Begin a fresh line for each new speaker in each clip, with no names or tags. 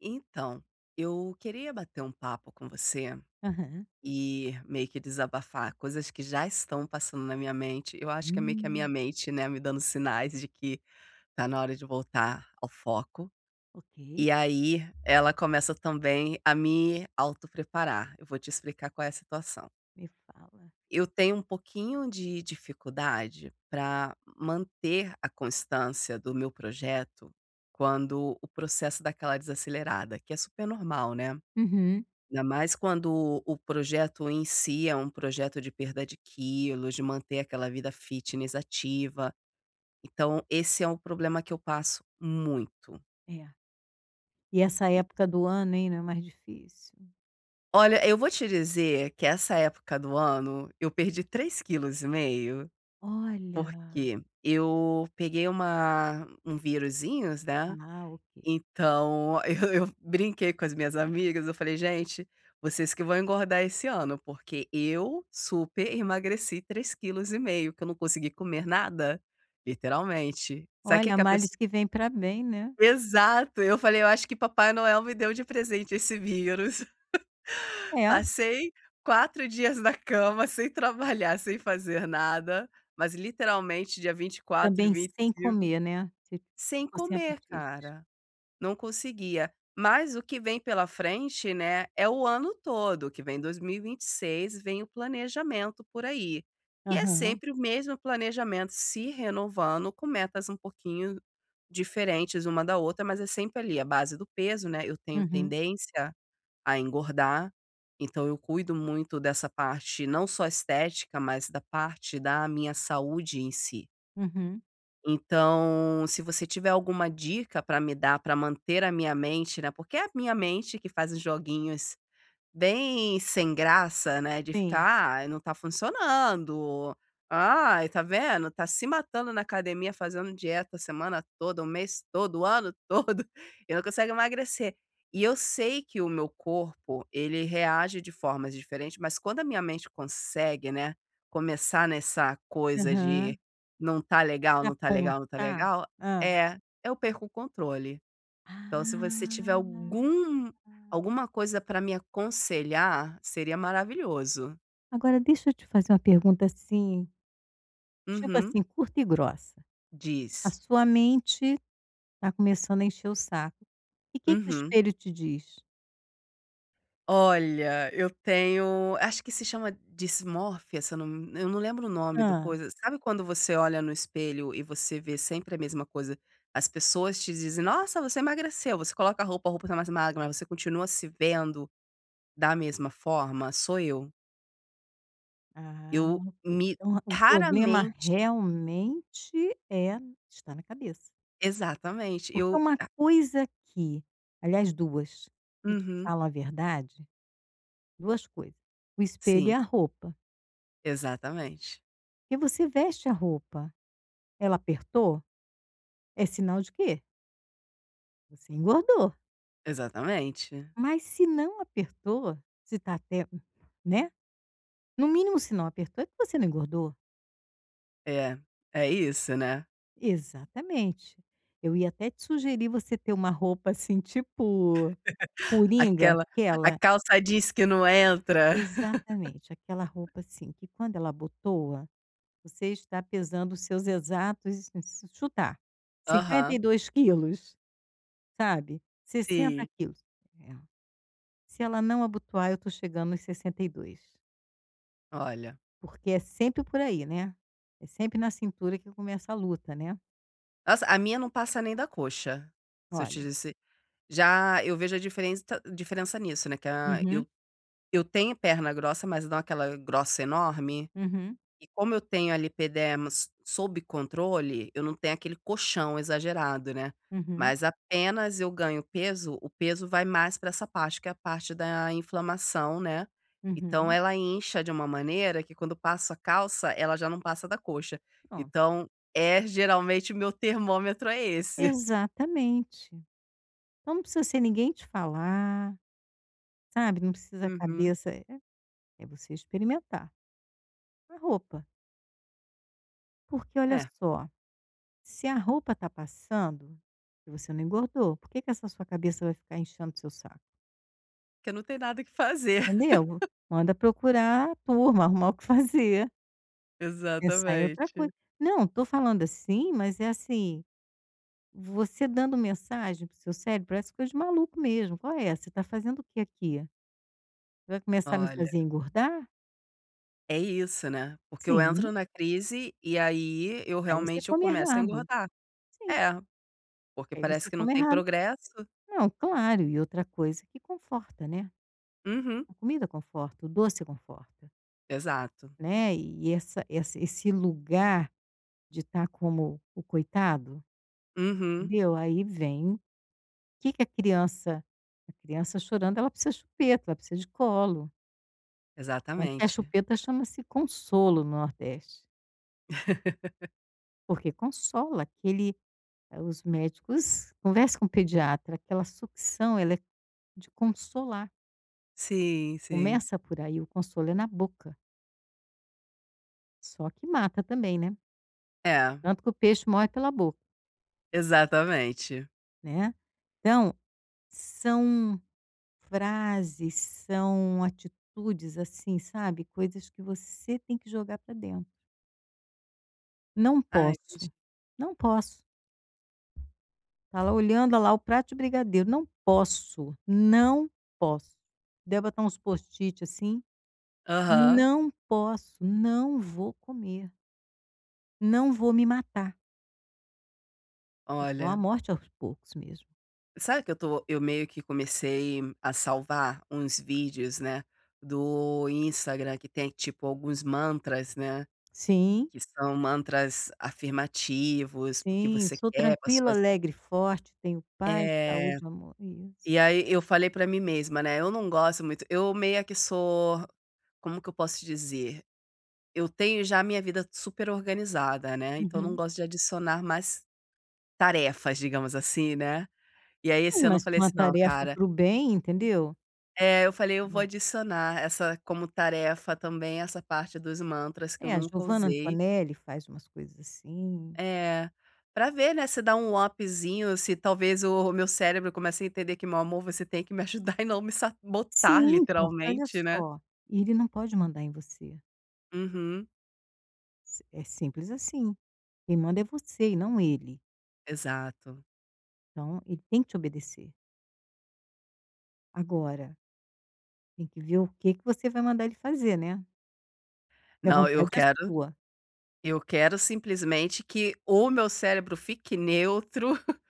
Então, eu queria bater um papo com você
Aham.
e meio que desabafar coisas que já estão passando na minha mente. Eu acho que é meio que a minha
Hum,
mente, né, me dando sinais de que tá na hora de voltar ao foco.
ok,
E aí ela começa também a me autopreparar. Eu vou te explicar qual é a situação.
me fala.
Eu tenho um pouquinho de dificuldade para manter a constância do meu projeto quando o processo dá aquela desacelerada, que é super normal, né?
Uhum.
Ainda mais quando o projeto em si é um projeto de perda de quilos, de manter aquela vida fitness ativa. Então, esse é um problema que eu passo muito.
É. E essa
E
época do ano, hein, não é mais difícil.
olha, eu vou te dizer que essa época do ano eu perdi 3 quilos e meio
Olha.
porque eu peguei uma um virusinhos, né?
Ah, ok.
Então, eu brinquei com as minhas amigas, eu falei: "Gente, vocês que vão engordar esse ano, porque eu super emagreci 3 quilos e meio, que eu não consegui comer nada, literalmente". Sabe o que é
Olha,
que a pessoa?
males que vem para bem, né.
Exato, eu falei: "Eu acho que Papai Noel me deu de presente esse vírus".
É,
Passei 4 dias na cama, sem trabalhar, sem fazer nada, mas literalmente dia vinte e quatro, e
também
vinte
sem
e cinco,
comer, né, você
sem
ficou sem
comer,
apetite.
cara. Não conseguia. Mas o que vem pela frente, né, é o ano todo, que vem 2026, vem o planejamento por aí. E é
Aham.
sempre o mesmo planejamento se renovando com metas um pouquinho diferentes uma da outra, mas é sempre ali a base do peso, né, eu tenho
Uhum,
tendência a engordar, então eu cuido muito dessa parte não só estética, mas da parte da minha saúde em si.
uhum.
Então, se você tiver alguma dica para me dar para manter a minha mente, né, porque é a minha mente que faz os joguinhos bem sem graça, né, de
Sim.
ficar: "Ai, não tá funcionando. Ai, tá vendo? Tá se matando na academia, fazendo dieta a semana toda, o mês todo, o ano todo, e não consegue emagrecer". E eu sei que o meu corpo, ele reage de formas diferentes, mas quando a minha mente consegue, né, começar nessa coisa de:
Aham.
"Não tá legal,
Pra
não tá legal, não tá
apontar,
legal",
hã.
é, eu perco o controle. Então, se você tiver
Ah.
alguma coisa para me aconselhar, seria maravilhoso.
Agora deixa eu te fazer uma pergunta, assim, tipo
Uhum.
assim, curta e grossa. A
Diz.
sua mente tá começando a encher o saco. E que o
Uhum.
espelho te diz?
Olha, eu tenho acho que se chama dismórfia, se eu não eu não lembro o nome do
Hã.
coisa. Sabe quando você olha no espelho e você vê sempre a mesma coisa? As pessoas te dizem: "Nossa, você emagreceu". Você coloca a roupa tá mais magra, mas você continua se vendo da mesma forma? Sou eu.
Ah,
Eu
ok.
me
Então o problema
raramente
realmente é, está na cabeça.
exatamente,
Porque
eu
uma coisa que, aliás duas, que te
uhum.
falam a verdade, 2 coisas: o espelho
Sim,
e a roupa.
exatamente,
Porque você veste a roupa, ela apertou, é sinal de quê? Você engordou.
exatamente.
Mas se não apertou, se tá até, né, no mínimo se não apertou é que você não engordou.
É, é isso, né.
Exatamente. Eu ia até te sugerir você ter uma roupa assim, tipo coringa,
Aquela a
aquela,
calça jeans que não entra.
exatamente, aquela roupa assim, que quando ela abotoa, você está pesando os seus exatos, se chutar, cinquenta e
Aham,
dois quilos sabe, sessenta
sim,
quilos É. Se ela não abotoar, eu estou chegando nos 62,
olha.
porque é sempre por aí, né, é sempre na cintura que começa a luta, né.
Nossa, a minha não passa nem da coxa, se eu te
Olha.
disse já eu vejo a diferença nisso, né, que a
Uhum,
eu tenho perna grossa, mas não aquela grossa enorme.
uhum,
E como eu tenho ali epidermos sob controle, eu não tenho aquele colchão exagerado, né.
uhum,
Mas apenas eu ganho peso, o peso vai mais para essa parte, que é a parte da inflamação, né. Então
uhum,
ela incha de uma maneira que quando passo a calça, ela já não passa da coxa.
pronto.
Então, geralmente o meu termômetro é esse.
Exatamente. Então não precisa ser ninguém te falar, sabe, não precisa, a
Uhum.
cabeça é você experimentar. A roupa, porque olha
É,
só, se a roupa tá passando, e você não engordou, por que que essa sua cabeça vai ficar enchendo seu saco?
porque não tem nada que fazer.
Entendeu? Manda procurar a turma, arrumar o que fazer, pensar em outra
Exatamente.
coisa. Não, estou falando assim, mas é assim, você dando mensagem para o seu cérebro, parece coisa de maluco mesmo: "Qual é? Você tá fazendo o que aqui? Vai começar a me
Olha,
fazer engordar?"
é isso, né, porque eu entro
Sim,
na crise e aí eu
aí você
realmente eu
come
começo a
errado.
engordar.
Sim,
É, porque
aí
parece
você
que não
come
tem
errado.
progresso.
Não, claro, e outra coisa que conforta, né.
Uhum,
A comida conforta, o doce conforta,
exato.
né, e essa essa esse lugar de estar como o coitado,
Uhum,
entendeu, aí vem o que que a criança chorando ela precisa de chupeta, ela precisa de colo, tanto que a
exatamente.
chupeta chama-se consolo no Nordeste, porque consola aquele, os médicos conversa com o pediatra, aquela sucção ela é de consolar.
Sim, sim.
Começa por aí, o consolo é na boca, só que mata também, né.
É,
Tanto que o peixe morre pela boca,
exatamente.
né. Então, são frases, são atitudes, assim, sabe, coisas que você tem que jogar para dentro. "Não
Ah, entendi.
posso, não posso", tá lá olhando, olha lá o prato de brigadeiro, "não posso, não posso". Deve botar uns post-it, assim:
Aham.
"não posso, não vou comer, não vou me matar", porque é uma
Olha,
morte aos poucos mesmo.
sabe que eu meio que comecei a salvar uns vídeos, né, do Instagram que tem, tipo, alguns mantras, né,
Sim,
que são mantras afirmativos para o que
sim.
você
Sou
quer, para
tranquila,
suas
alegre, forte, tenho paz,
É,
saúde, amor.
e
Isso.
aí eu falei pra mim mesma, né, eu não gosto muito eu meio que sou como que eu posso te dizer? Eu tenho já a minha vida super organizada, né, então eu não
Uhum.
gosto de adicionar mais tarefas, digamos assim, né. E aí
Sim,
esse ano eu
mas
falei
com a
assim: "Não,
tarefa
cara",
para o bem, entendeu.
é, eu falei: "Eu vou
É.
adicionar essa como tarefa também, essa parte dos mantras que eu
É, a
nunca
Giovanna
usei".
Antonelli faz umas coisas assim.
É, pra ver, né, se dá um upzinho, se talvez o meu cérebro comece a entender que: "Meu amor, você tem que me ajudar e não me sabotar",
Sim, porque olha
literalmente, né.
só, ele não pode mandar em você.
Uhum,
Si é simples assim. Quem manda é você e não ele.
exato.
Então, ele tem que te obedecer. Agora, tem que ver o que que você vai mandar ele fazer, né. Porque a
Não, eu
vontade é
quero
sua.
simplesmente que o meu cérebro fique neutro,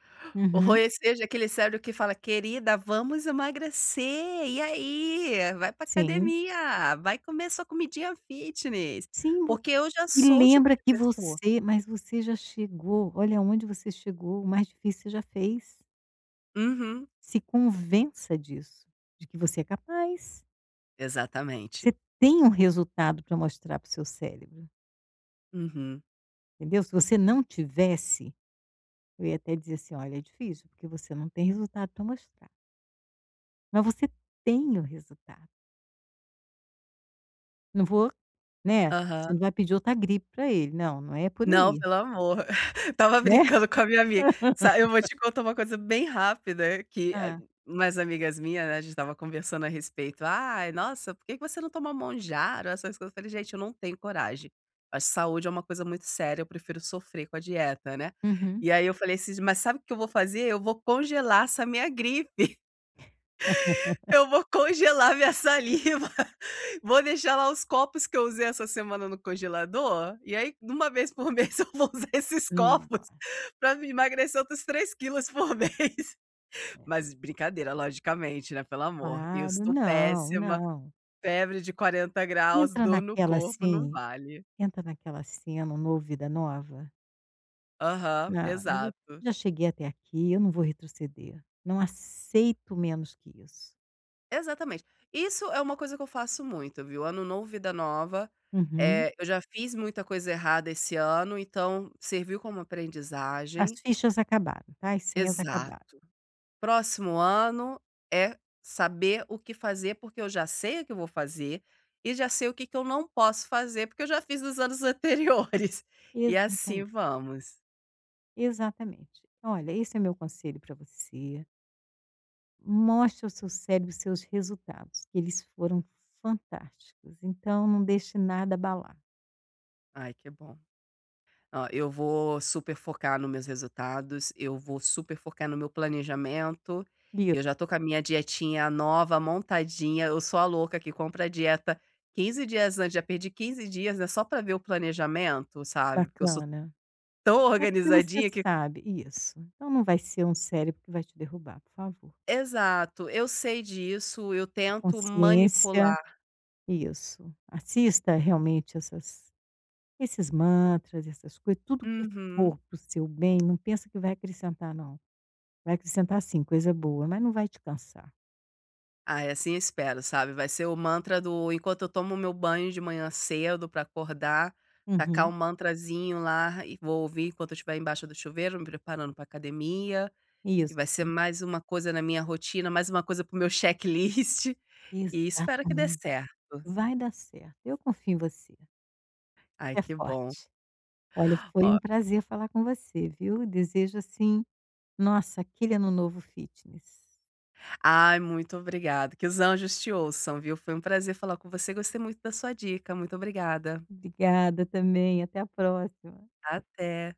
ou
Uhum.
seja aquele cérebro que fala: "Querida, vamos emagrecer, e aí? Vai pra
Sim.
academia, vai comer sua comidinha fitness",
Sim,
porque eu já
e
sou o tipo
lembra
de
que
pessoa.
você, mas você já chegou, olha onde você chegou, o mais difícil você já fez.
Uhum,
Se convença disso, de que você é capaz.
exatamente.
Você tem um resultado para mostrar para o seu cérebro,
Uhum.
entendeu? Se você não tivesse, eu ia até dizer assim: "Olha, é difícil, porque você não tem resultado para mostrar". Mas você tem o resultado. Não vou, né,
Aham.
você não vai pedir outra gripe para ele. Não, não é por
Não,
aí,
pelo amor. Tava
né.
brincando com a minha amiga. Sa Eu vou te contar uma coisa bem rápida, que a
Ah.
umas amigas minhas, né, a gente tava conversando a respeito. "Ai, nossa, por que que você não toma monjaro, essas coisas". Eu falei: "Gente, eu não tenho coragem. Acho saúde é uma coisa muito séria, eu prefiro sofrer com a dieta, né".
Uhum.
E aí eu falei assim: "Mas sabe o que eu vou fazer? Eu vou congelar essa minha gripe". Eu vou congelar minha saliva, vou deixar lá os copos que eu usei essa semana no congelador, e aí uma vez por mês eu vou usar esses
Não,
copos pra me emagrecer outros 3 quilos por mês.
é.
Mas brincadeira, logicamente, né, pelo amor, eu
Claro,
estou
não,
péssima,
não.
febre de 40 graus,
Entra
dor no
naquela,
corpo, não
assim,
vale.
entra naquela cena: um novo, vida nova.
Aham,
"Não, eu já
exato.
já cheguei até aqui, eu não vou retroceder. Não aceito menos que isso".
Exatamente. Isso é uma coisa que eu faço muito, viu. Ano novo, vida nova.
Uhum.
Eu já fiz muita coisa errada esse ano, então serviu como
As
aprendizagem.
fichas acabaram, tá, as senhas
Exato.
acabaram.
Próximo ano é saber o que fazer, porque eu já sei o que eu vou fazer e já sei o que que eu não posso fazer, porque eu já fiz nos anos anteriores. E assim
Exatamente,
vamos.
exatamente. Olha, esse é meu conselho para você. Mostre ao seu cérebro os seus resultados, que eles foram fantásticos, então não deixe nada abalar.
Ai, que bom. Ó, eu vou super focar nos meus resultados, eu vou super focar no meu planejamento.
Isso,
Eu já tô com a minha dietinha nova, montadinha. Eu sou a louca que compra a dieta 15 dias antes. Já perdi 15 dias, né, só pra ver o planejamento, sabe, porque eu sou
bacana.
tão
É porque você
organizadinha que
sabe isso. Então não vai ser um cérebro que vai te derrubar, por favor.
exato, eu sei disso, eu tento
Consciência,
manipular.
isso. Assista realmente essas esses mantras, essas coisas, tudo que
Uhum.
for para o seu bem, não pensa que vai acrescentar não. Vai acrescentar sim, coisa boa, mas não vai te cansar.
Ai, assim eu espero, sabe, vai ser o mantra do enquanto eu tomo meu banho de manhã cedo pra acordar, tacar um
Uhum,
mantrazinho lá e vou ouvir enquanto eu estiver embaixo do chuveiro, me preparando pra academia, e
isso.
vai ser mais uma coisa na minha rotina, mais uma coisa para o meu checklist, e espero que dê
Exatamente.
certo.
Vai dar certo, eu confio em você.
Ai,
É
que bom.
forte. Olha,
Ó,
foi um prazer falar com você, viu. Desejo assim, nossa, aquele ano novo fitness.
ai, muito obrigada, que os anjos te ouçam, viu, foi um prazer falar com você, gostei muito da sua dica, muito obrigada.
Obrigada também, até a próxima.
Até.